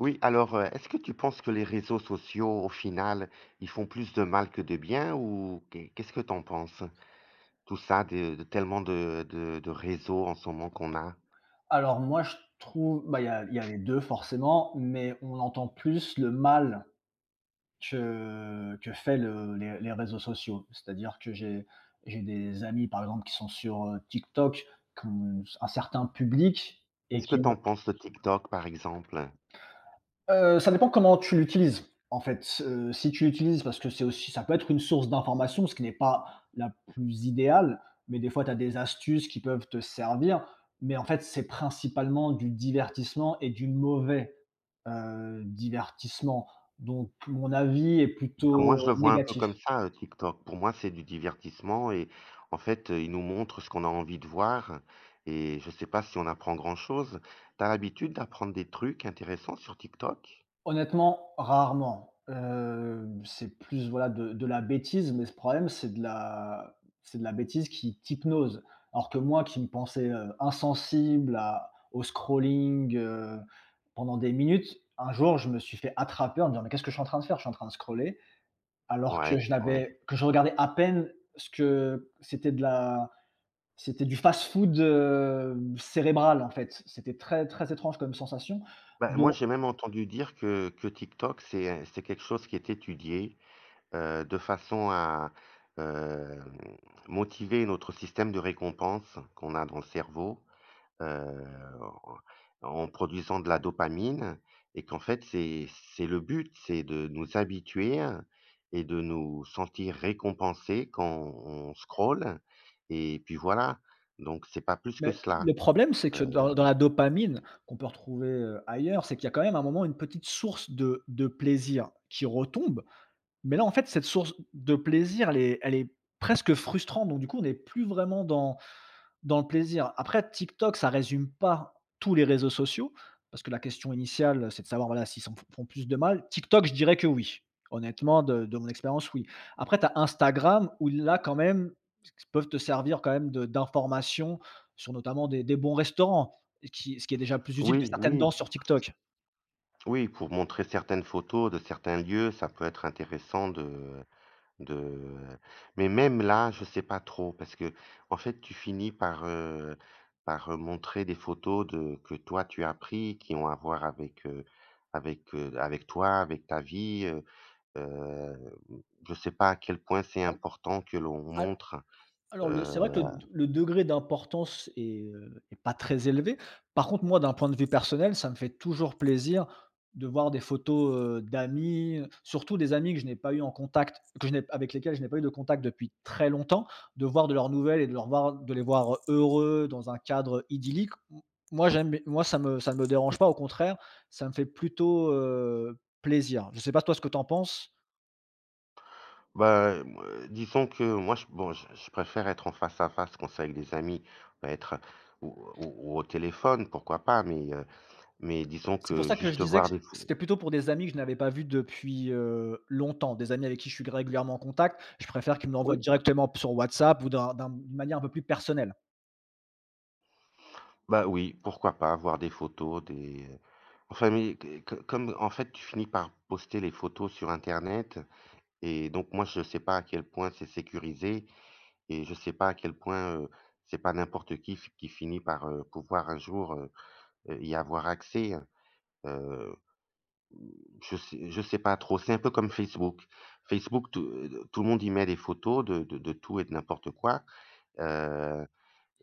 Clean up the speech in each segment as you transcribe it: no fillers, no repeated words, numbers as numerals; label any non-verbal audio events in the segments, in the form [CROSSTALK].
Oui, alors, est-ce que tu penses que les réseaux sociaux, au final, ils font plus de mal que de bien ou qu'est-ce que t'en penses? Tout ça, de tellement de réseaux en ce moment qu'on a. Alors moi, je trouve bah, il y a les 2 forcément, mais on entend plus le mal que fait le les réseaux sociaux. C'est-à-dire que j'ai des amis, par exemple, qui sont sur, TikTok, qui ont un certain public et Qu'est-ce que qui t'en penses de TikTok, par exemple? Ça dépend comment tu l'utilises, en fait. Si tu l'utilises parce que c'est aussi ça peut être une source d'information, ce qui n'est pas la plus idéale, mais des fois tu as des astuces qui peuvent te servir. Mais en fait, c'est principalement du divertissement et du mauvais, divertissement. Donc mon avis est Ah, moi, je plutôt le vois un peu négatif. comme ça, TikTok. Pour moi, c'est du divertissement et en fait, ils nous montre ce qu'on a envie de voir et je sais pas si on apprend grand chose. T'as l'habitude d'apprendre des trucs intéressants sur TikTok? Honnêtement, rarement. C'est plus, voilà, de la bêtise, mais ce problème, c'est de la bêtise qui t'hypnose. Alors que moi qui me pensais, insensible à au scrolling, pendant des minutes, un jour, je me suis fait attraper en me disant: «Mais qu'est-ce que je suis en train de faire? Je suis en train de scroller», alors que Ouais, je ouais. n'avais que je regardais à peine ce que c'était de la c'était du fast-food, cérébral, en fait. C'était très, très étrange comme sensation, Bah, moi, don j'ai même entendu dire que TikTok, c'est quelque chose qui est étudié, de façon à, hem, motiver notre système de récompense qu'on a dans le cerveau, heu, en produisant de la dopamine et qu'en fait, c'est le but, c'est de nous habituer et de nous sentir récompensés quand on scrolle et puis voilà, donc c'est pas plus que Mais cela, le problème, c'est que dans heu dans la dopamine qu'on peut retrouver, ailleurs, c'est qu'il y a quand même, à un moment, une petite source de plaisir qui retombe. Mais là, en fait, cette source de plaisir, elle est presque frustrante, donc du coup, on n'est plus vraiment dans dans le plaisir. Après TikTok, ça résume pas tous les réseaux sociaux, parce que la question initiale, c'est de savoir, voilà, s'ils s'en f font plus de mal. TikTok, je dirais que oui. Honnêtement, de mon expérience, oui. Après, tu as Instagram où là, quand même, s peuvent te servir quand même de d'informations sur notamment des bons restaurants et qui ce qui est déjà plus utile. Mmh. Que oui, certaines oui. danses sur TikTok. Oui, pour montrer certaines photos de certains lieux, ça peut être intéressant de mais même là, je sais pas trop parce que en fait, tu finis par montrer des photos de que toi tu as pris, qui ont à voir avec toi, avec ta vie, heu, je sais pas à quel point c'est important que l'on montre, Alors heu le c'est vrai que le degré d'importance est, est pas très élevé. Par contre, moi, d'un point de vue personnel, ça me fait toujours plaisir de voir des photos, d'amis, surtout des amis que je n'ai pas eu en contact, que je n'ai avec lesquels je n'ai pas eu de contact depuis très longtemps, de voir de leurs nouvelles et de leur voir de les voir, heureux dans un cadre idyllique. M moi, j'aime moi, ça me ça ne me dérange pas, au contraire, ça me fait plutôt, plaisir. Je ne sais pas toi ce que tu en penses? Bah, moi, disons que moi, bon, je préfère être en face à face quand c'est avec des amis, pas être ou au téléphone, pourquoi pas, mais disons C'est pour que ça que je juste disais que voir des photos. c'était plutôt pour des amis que je n'avais pas vus depuis, longtemps, des amis avec qui je suis régulièrement en contact. Je préfère qu'ils me l'envoient Oui, directement sur WhatsApp ou d'un d'un d'une manière un peu plus personnelle. bah oui, pourquoi pas, voir des photos, des. Enfin, mais comme en fait, tu finis par poster les photos sur Internet, et donc moi, je ne sais pas à quel point c'est sécurisé, et je ne sais pas à quel point c'est pas n'importe qui qui finit par pouvoir un jour y avoir accès, hein. Euh, je sais pas trop, c'est un peu comme Facebook. Facebook, tout le monde y met des photos de tout et de n'importe quoi, heu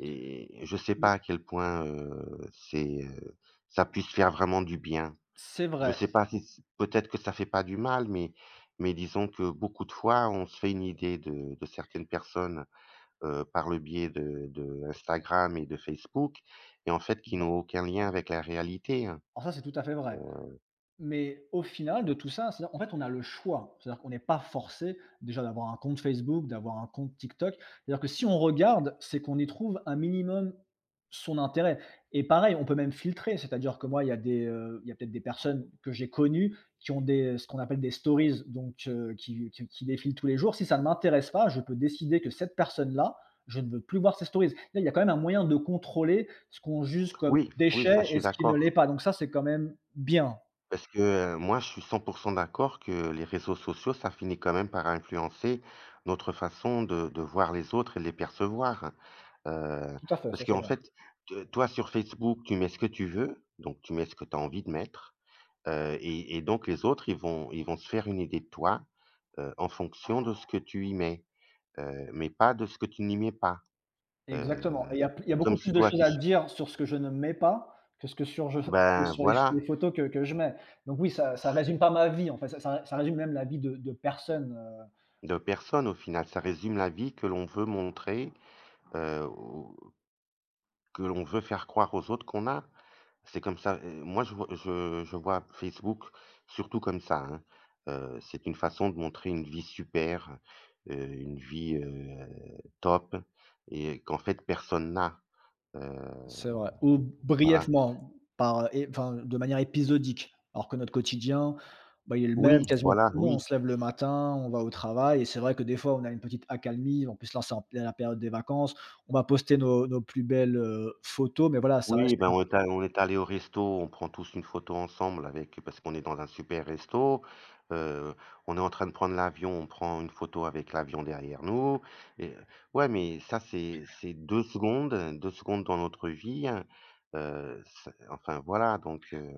et je sais Mais pas à quel point, c'est, ça puisse faire vraiment du bien. c'est Je vrai. sais pas si c peut-être que ça fait pas du mal, mais disons que beaucoup de fois, on se fait une idée de certaines personnes, par le biais de Instagram et de Facebook et en fait, qui Bon, n'ont aucun lien avec la réalité, hein. alors ça, c'est tout à fait vrai. heu, Mais au final de tout ça, c'est-à-dire, en fait, on a le choix. C'est-à-dire qu'on n'est pas forcé déjà d'avoir un compte Facebook, d'avoir un compte TikTok. C'est-à-dire que si on regarde, c'est qu'on y trouve un minimum son intérêt et pareil, on peut même filtrer. C'est-à-dire que moi, il y a des, il y a peut-être des personnes que j'ai connues qui ont des ce qu'on appelle des stories, donc qui défilent tous les jours. Si ça ne m'intéresse pas, je peux décider que cette personne-là, je ne veux plus voir ses stories. Là, il y a quand même un moyen de contrôler ce qu'on juge comme oui, oui, ça, je déchet et suis ce qui ne l'est d'accord. pas. Donc ça, c'est quand même bien. Parce que, moi, je suis 100% d'accord que les réseaux sociaux, ça finit quand même par influencer notre façon de voir les autres et de les percevoir, hein. Heu, Tout à fait, Parce ça c'est qu'en vrai. fait, te toi, sur Facebook, tu mets ce que tu veux, donc tu mets ce que tu as envie de mettre, et donc les autres, ils vont se faire une idée de toi, en fonction de ce que tu y mets, mais pas de ce que tu n'y mets pas. Exactement et il y a il y a Et comme beaucoup c'est plus de toi choses qui à ch dire sur ce que je ne mets pas, que ce que sur je que ben, sur voilà, les photos que je mets. Donc oui, ça ça c résume pas ma vie en fait, ça ça ça résume même la vie de personne, de personne, au final. Ça résume la vie que l'on veut montrer. Ou que l'on veut faire croire aux autres qu'on a. C'est comme ça, moi je vois Facebook surtout comme ça, hein. C'est une façon de montrer une vie super, une vie, top et qu'en fait personne n'a. Heu, C'est vrai. Ou voilà. brièvement par, et enfin, de manière épisodique. Alors que notre quotidien, bah, il est le même Oui, quasiment pour voilà, tout le monde. On oui. se lève le matin, on va au travail et c'est vrai que des fois on a une petite accalmie, on peut se lancer en plein la période des vacances, on va poster nos plus belles, photos mais voilà, ça Oui, reste ben, on est allés au resto, on prend tous une photo ensemble avec parce qu'on est dans un super resto. Heu, on est en train de prendre l'avion, on prend une photo avec l'avion derrière nous et ouais, mais ça, c'est 2 secondes, 2 secondes dans notre vie, hein, c'est enfin, voilà, donc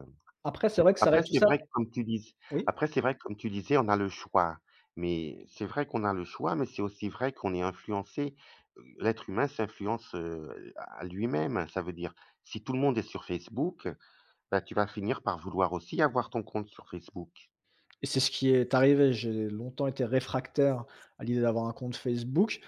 après c'est vrai que ça après reste tout c'est ça vrai que comme tu dis oui? après c'est vrai que comme tu disais, on a le choix. Mais c'est vrai qu'on a le choix, mais c'est aussi vrai qu'on est influencé. L'être humain s'influence, à lui-même. Ça veut dire, si tout le monde est sur Facebook, bah, tu vas finir par vouloir aussi avoir ton compte sur Facebook. Et c'est ce qui est arrivé. J'ai longtemps été réfractaire à l'idée d'avoir un compte Facebook.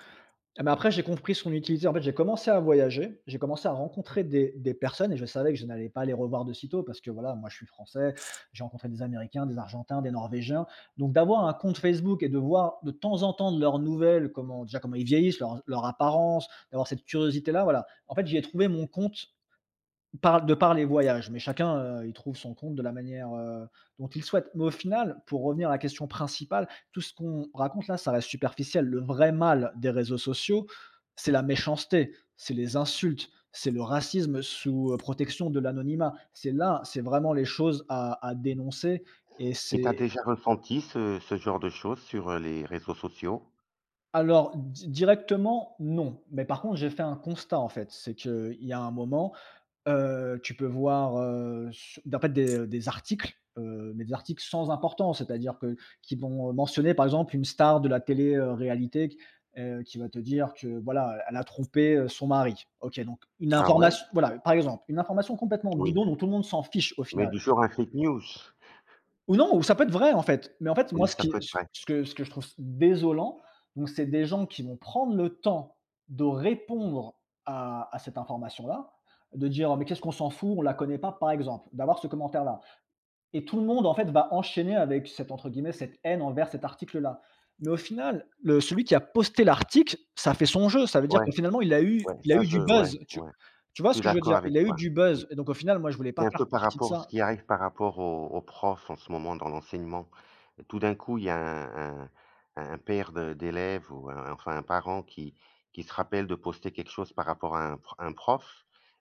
Mais après, j'ai compris son utilité. En fait, j'ai commencé à voyager, j'ai commencé à rencontrer des personnes et je savais que je n'allais pas les revoir de sitôt parce que voilà, moi je suis français, j'ai rencontré des Américains, des Argentins, des Norvégiens. Donc d'avoir un compte Facebook et de voir de temps en temps de leurs nouvelles, comment déjà comment ils vieillissent, leur apparence, d'avoir cette curiosité-là, voilà. En fait, j'y ai trouvé mon compte par de par les voyages, mais chacun, il trouve son compte de la manière, dont il souhaite. Mais au final, pour revenir à la question principale, tout ce qu'on raconte là, ça reste superficiel. Le vrai mal des réseaux sociaux, c'est la méchanceté, c'est les insultes, c'est le racisme sous, protection de l'anonymat. C'est là, c'est vraiment les choses à dénoncer et Et tu as c'est déjà ressenti ce genre de choses sur, les réseaux sociaux? alors di directement, non. Mais par contre, j'ai fait un constat en fait, c'est qu'il y a un moment, tu peux voir, su en fait des articles, mais des articles sans importance, c'est-à-dire que qui vont mentionner par exemple une star de la télé, réalité qui va te dire que voilà, elle a trompé, son mari. OK, donc une Ah ouais? information voilà, par exemple, une information complètement Oui. bidon dont tout le monde s'en fiche au Mais final. du genre un fake news? Ou non, ou ça peut être vrai, en fait. Mais en fait, moi, Oui, ce ça qui peut être vrai. Ce que je trouve désolant, donc c'est des gens qui vont prendre le temps de répondre à cette information-là, de dire: «Oh, «Mais qu'est-ce qu'on s'en fout, on la connaît pas», par exemple. D'avoir ce commentaire-là. Et tout le monde, en fait, va enchaîner avec cette, entre guillemets, cette haine envers cet article-là. Mais au final, le celui qui a posté l'article, ça fait son jeu. Ça veut dire que Ouais, finalement, il a eu ouais, il a ça eu je du ouais, buzz. Tu ouais. tu Je vois suis ce que je veux d'accord dire? avec Il a eu toi. du buzz et donc au final, moi, je voulais pas C'est un faire peu par partie de rapport ce ça. qui arrive par rapport aux profs en ce moment dans l'enseignement. Tout d'un coup, il y a un père de d'élèves ou un enfin un parent qui se rappelle de poster quelque chose par rapport à un pr un prof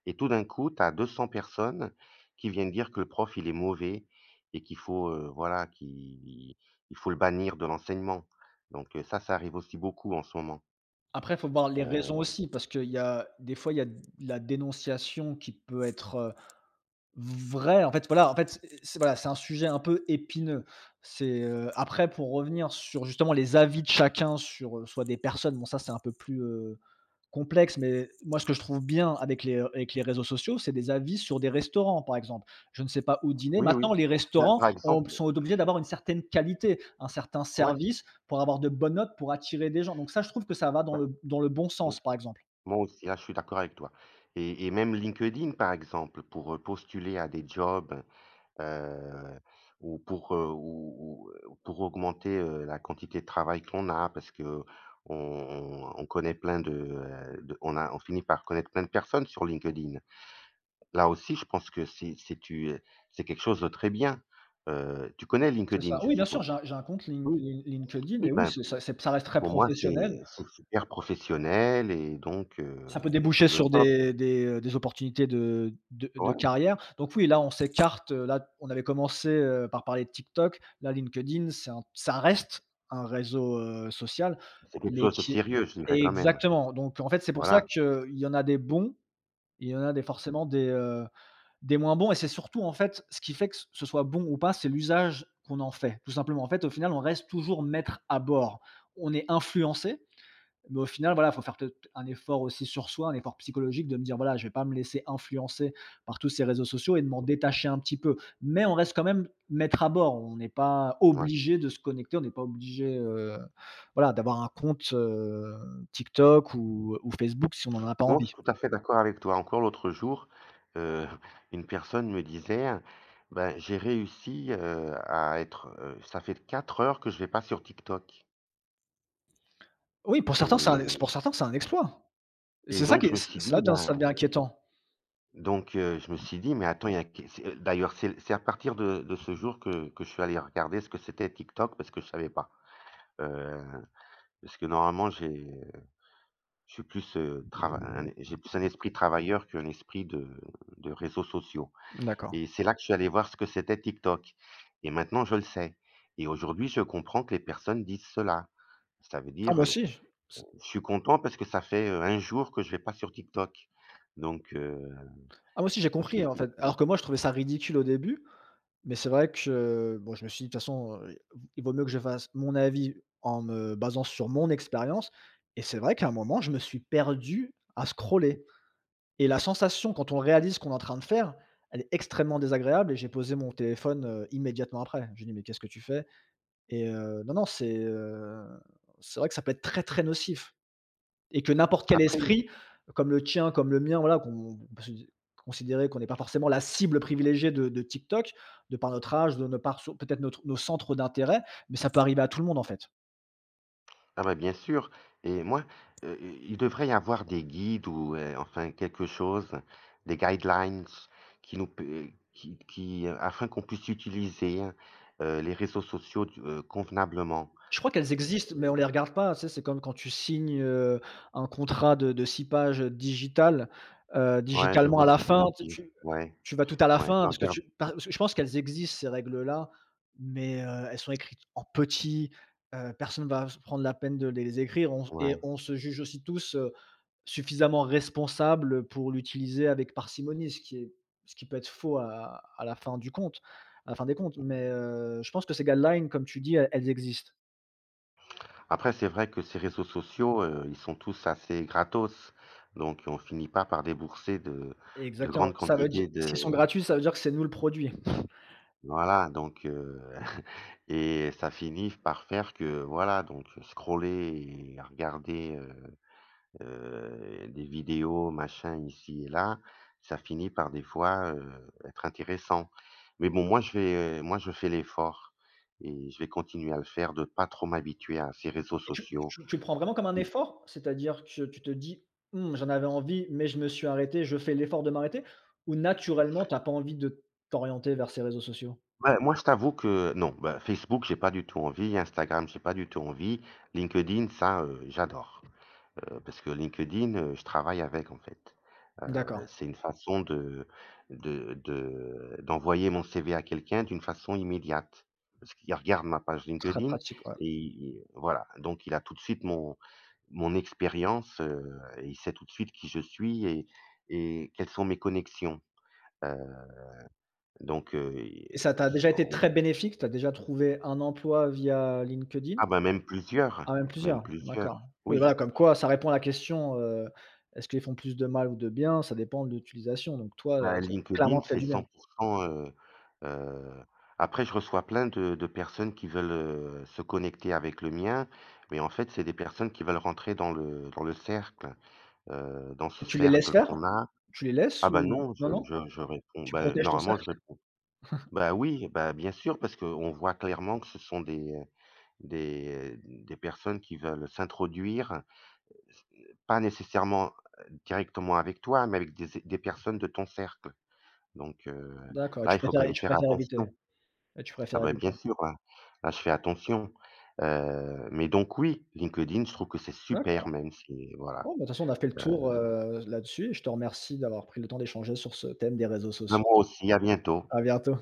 et tout d'un coup, tu as 200 personnes qui viennent dire que le prof, il est mauvais et qu'il faut, voilà, qu'il il faut le bannir de l'enseignement. Donc ça arrive aussi beaucoup en ce moment. Après, il faut voir les Heu, raisons aussi parce qu'il y a des fois, il y a de la dénonciation qui peut être, Vrai, en fait, voilà, en fait, c'est voilà, c'est un sujet un peu épineux. C'est, après pour revenir sur justement les avis de chacun sur, soit des personnes, bon ça c'est un peu plus, complexe, mais moi ce que je trouve bien avec les réseaux sociaux, c'est des avis sur des restaurants, par exemple. Je ne sais pas où dîner. oui, oui. Maintenant les Bah, restaurants par ont exemple, sont obligés d'avoir une certaine qualité, un certain ouais, service pour avoir de bonnes notes, pour attirer des gens. Donc ça, je trouve que ça va dans bah, le bon oui. sens, par exemple. Moi aussi, là, je suis d'accord avec toi et même LinkedIn, par exemple, pour, postuler à des jobs, heu, ou pour augmenter, la quantité de travail qu'on a parce que on connaît plein de on finit par connaître plein de personnes sur LinkedIn. Là aussi, je pense que c'est quelque chose de très bien. Tu connais C'est LinkedIn, ça. je Oui, bien suppose? sûr, j'ai un compte Oui, LinkedIn oui, et oui, ben, c'est ça reste très pour moi, professionnel. c'est super professionnel et donc Ça peut c'est déboucher le sur top, des opportunités de ouais. carrière. Donc oui, là, on s'écarte, là, on avait commencé, par parler de TikTok. Là, LinkedIn, c'est un ça reste un réseau, social, C'est quelque mais chose de qui est sérieux, je dirais quand même. exactement. Donc en fait, c'est pour ça Voilà, qu'il y en a des bons, il y en a des forcément des moins bons et c'est surtout, en fait, ce qui fait que ce soit bon ou pas, c'est l'usage qu'on en fait, tout simplement. En fait, au final, on reste toujours maître à bord. On est influencé mais au final, voilà, il faut faire peut-être un effort aussi sur soi, un effort psychologique de me dire, voilà, je vais pas me laisser influencer par tous ces réseaux sociaux et de m'en détacher un petit peu. Mais on reste quand même maître à bord. On n'est pas ouais. obligé de se connecter, on n'est pas obligé, voilà, d'avoir un compte, TikTok ou Facebook si on n'en a pas Non, je suis envie. tout à fait d'accord avec toi. Encore l'autre jour, heu, [LAUGHS] une personne me disait: «Ben, j'ai réussi, ça fait 4 heures que je vais pas sur TikTok» Oui, pour certains, c'est un pour et certains, c'est un exploit. C'est ça donc qui je est me c suis dit: ça «Ben», devient inquiétant. donc je me suis dit: «Mais attends, il y a que», c'est d'ailleurs, c'est à partir de ce jour que je suis allé regarder ce que c'était TikTok parce que je savais pas, heu, parce que normalement j'ai. Je suis plus, trava un J'ai plus un esprit travailleur qu'un esprit de réseaux sociaux D'accord. et c'est là que je suis allé voir ce que c'était TikTok et maintenant je le sais et aujourd'hui, je comprends que les personnes disent cela. Ça veut Ah dire, moi aussi, c je suis content parce que ça fait, 1 jour que je vais pas sur TikTok donc ah moi aussi j'ai parce compris, en qu'effecti fait. Alors que moi je trouvais ça ridicule au début. Mais c'est vrai que, bon, je me suis dit: «De toute façon, il vaut mieux que je fasse mon avis en me basant sur mon expérience» et c'est vrai qu'à un moment, je me suis perdu à scroller et la sensation quand on réalise ce qu'on est en train de faire, elle est extrêmement désagréable et j'ai posé mon téléphone, immédiatement après. J'ai dit: «Mais qu'est-ce que tu fais?» et non, non, c'est vrai que ça peut être très, très nocif. Et que n'importe quel après. esprit, comme le tien, comme le mien, voilà, qu'on on peut se di considérer qu'on n'est pas forcément la cible privilégiée de TikTok, de par notre âge, de nos par so peut-être notre nos centres d'intérêt, mais ça peut arriver à tout le monde, en fait. Ah bah, bien sûr. Et moi, heu, il devrait y avoir des guides ou enfin quelque chose, des guidelines qui nous p qui afin qu'on puisse utiliser, les réseaux sociaux du convenablement. Je crois qu'elles existent, mais on les regarde pas. Tu sais, c'est comme quand tu signes, un contrat de 6 pages, digital, Ouais, je digitalement vois à ce la que tu fin, veux tu dire. tu Ouais, tu vas tout à la ouais, tu fin parce que regardes tu par parce que je pense qu'elles existent ces règles-là, mais, elles sont écrites en petit, personne ne va se prendre la peine de les écrire. On et ouais. on se juge aussi tous, suffisamment responsables, pour l'utiliser avec parcimonie, ce qui est ce qui peut être faux à la fin du compte à la fin des comptes. Mais, je pense que ces guidelines, comme tu dis, elles existent. Après c'est vrai que ces réseaux sociaux, ils sont tous assez gratos, donc on finit pas par débourser de grandes Exactement. Ça veut dire, quantités s'ils de sont gratuits, ça veut dire que c'est nous le produit. [LAUGHS] voilà, donc heu. Et ça finit par faire que voilà, donc scroller et regarder, des vidéos, machin, ici et là, ça finit par des fois, être intéressant. Mais bon, moi, je fais l'effort et je vais continuer à le faire de pas trop m'habituer à ces réseaux Et tu sociaux. tu tu le prends vraiment comme un Ou effort? C'est-à-dire que tu te dis: «Mmh, j'en avais envie, mais je me suis arrêté, je fais l'effort de m'arrêter» ou naturellement, tu as pas envie de t'orienter vers ces réseaux sociaux? Bah, moi, je t'avoue que non, bah, Facebook, j'ai pas du tout envie, Instagram, j'ai pas du tout envie, LinkedIn, ça, j'adore. Parce que LinkedIn, je travaille avec en fait. D'accord, C'est une façon de d'envoyer mon CV à quelqu'un d'une façon immédiate. Parce qu'il regarde ma page très LinkedIn pratique, ouais. et il voilà, donc il a tout de suite mon expérience, et il sait tout de suite qui je suis et quelles sont mes connexions. Heu, donc et Et ça t'a déjà été on très bénéfique? Tu as déjà trouvé un emploi via LinkedIn? Ah bah, Ah même même plusieurs, d'accord. plusieurs, Oui oui. voilà, comme quoi ça répond à la question, est-ce qu'ils font plus de mal ou de bien? Ça dépend de l'utilisation donc toi, Bah, ça LinkedIn, clairement te fait c'est du bien. 100 heu heu, après je reçois plein de personnes qui veulent, se connecter avec le mien, mais en fait, c'est des personnes qui veulent rentrer dans le cercle, dans ce Et tu les laisses cercle faire? qu'on a. Tu les Ah laisses bah, ou non, non, non? Je réponds, Tu bah, protèges ton normalement, cercle? je réponds. Bah, oui, bah, bien sûr, parce qu'on voit clairement que ce sont des personnes qui veulent s'introduire, pas nécessairement, directement avec toi, mais avec des personnes de ton cercle. Donc D'accord et là, il faut quand même tu faire préfères éviter attention. et tu Ah préfères ben éviter. bien sûr, hein. Là, je fais attention. Mais donc oui, LinkedIn, je trouve que c'est super D'accord. même, si voilà. Bon, bah, de toute façon on a fait le Heu, tour, là-dessus et je te remercie d'avoir pris le temps d'échanger sur ce thème des réseaux Bah, sociaux. moi aussi, à bientôt. À bientôt.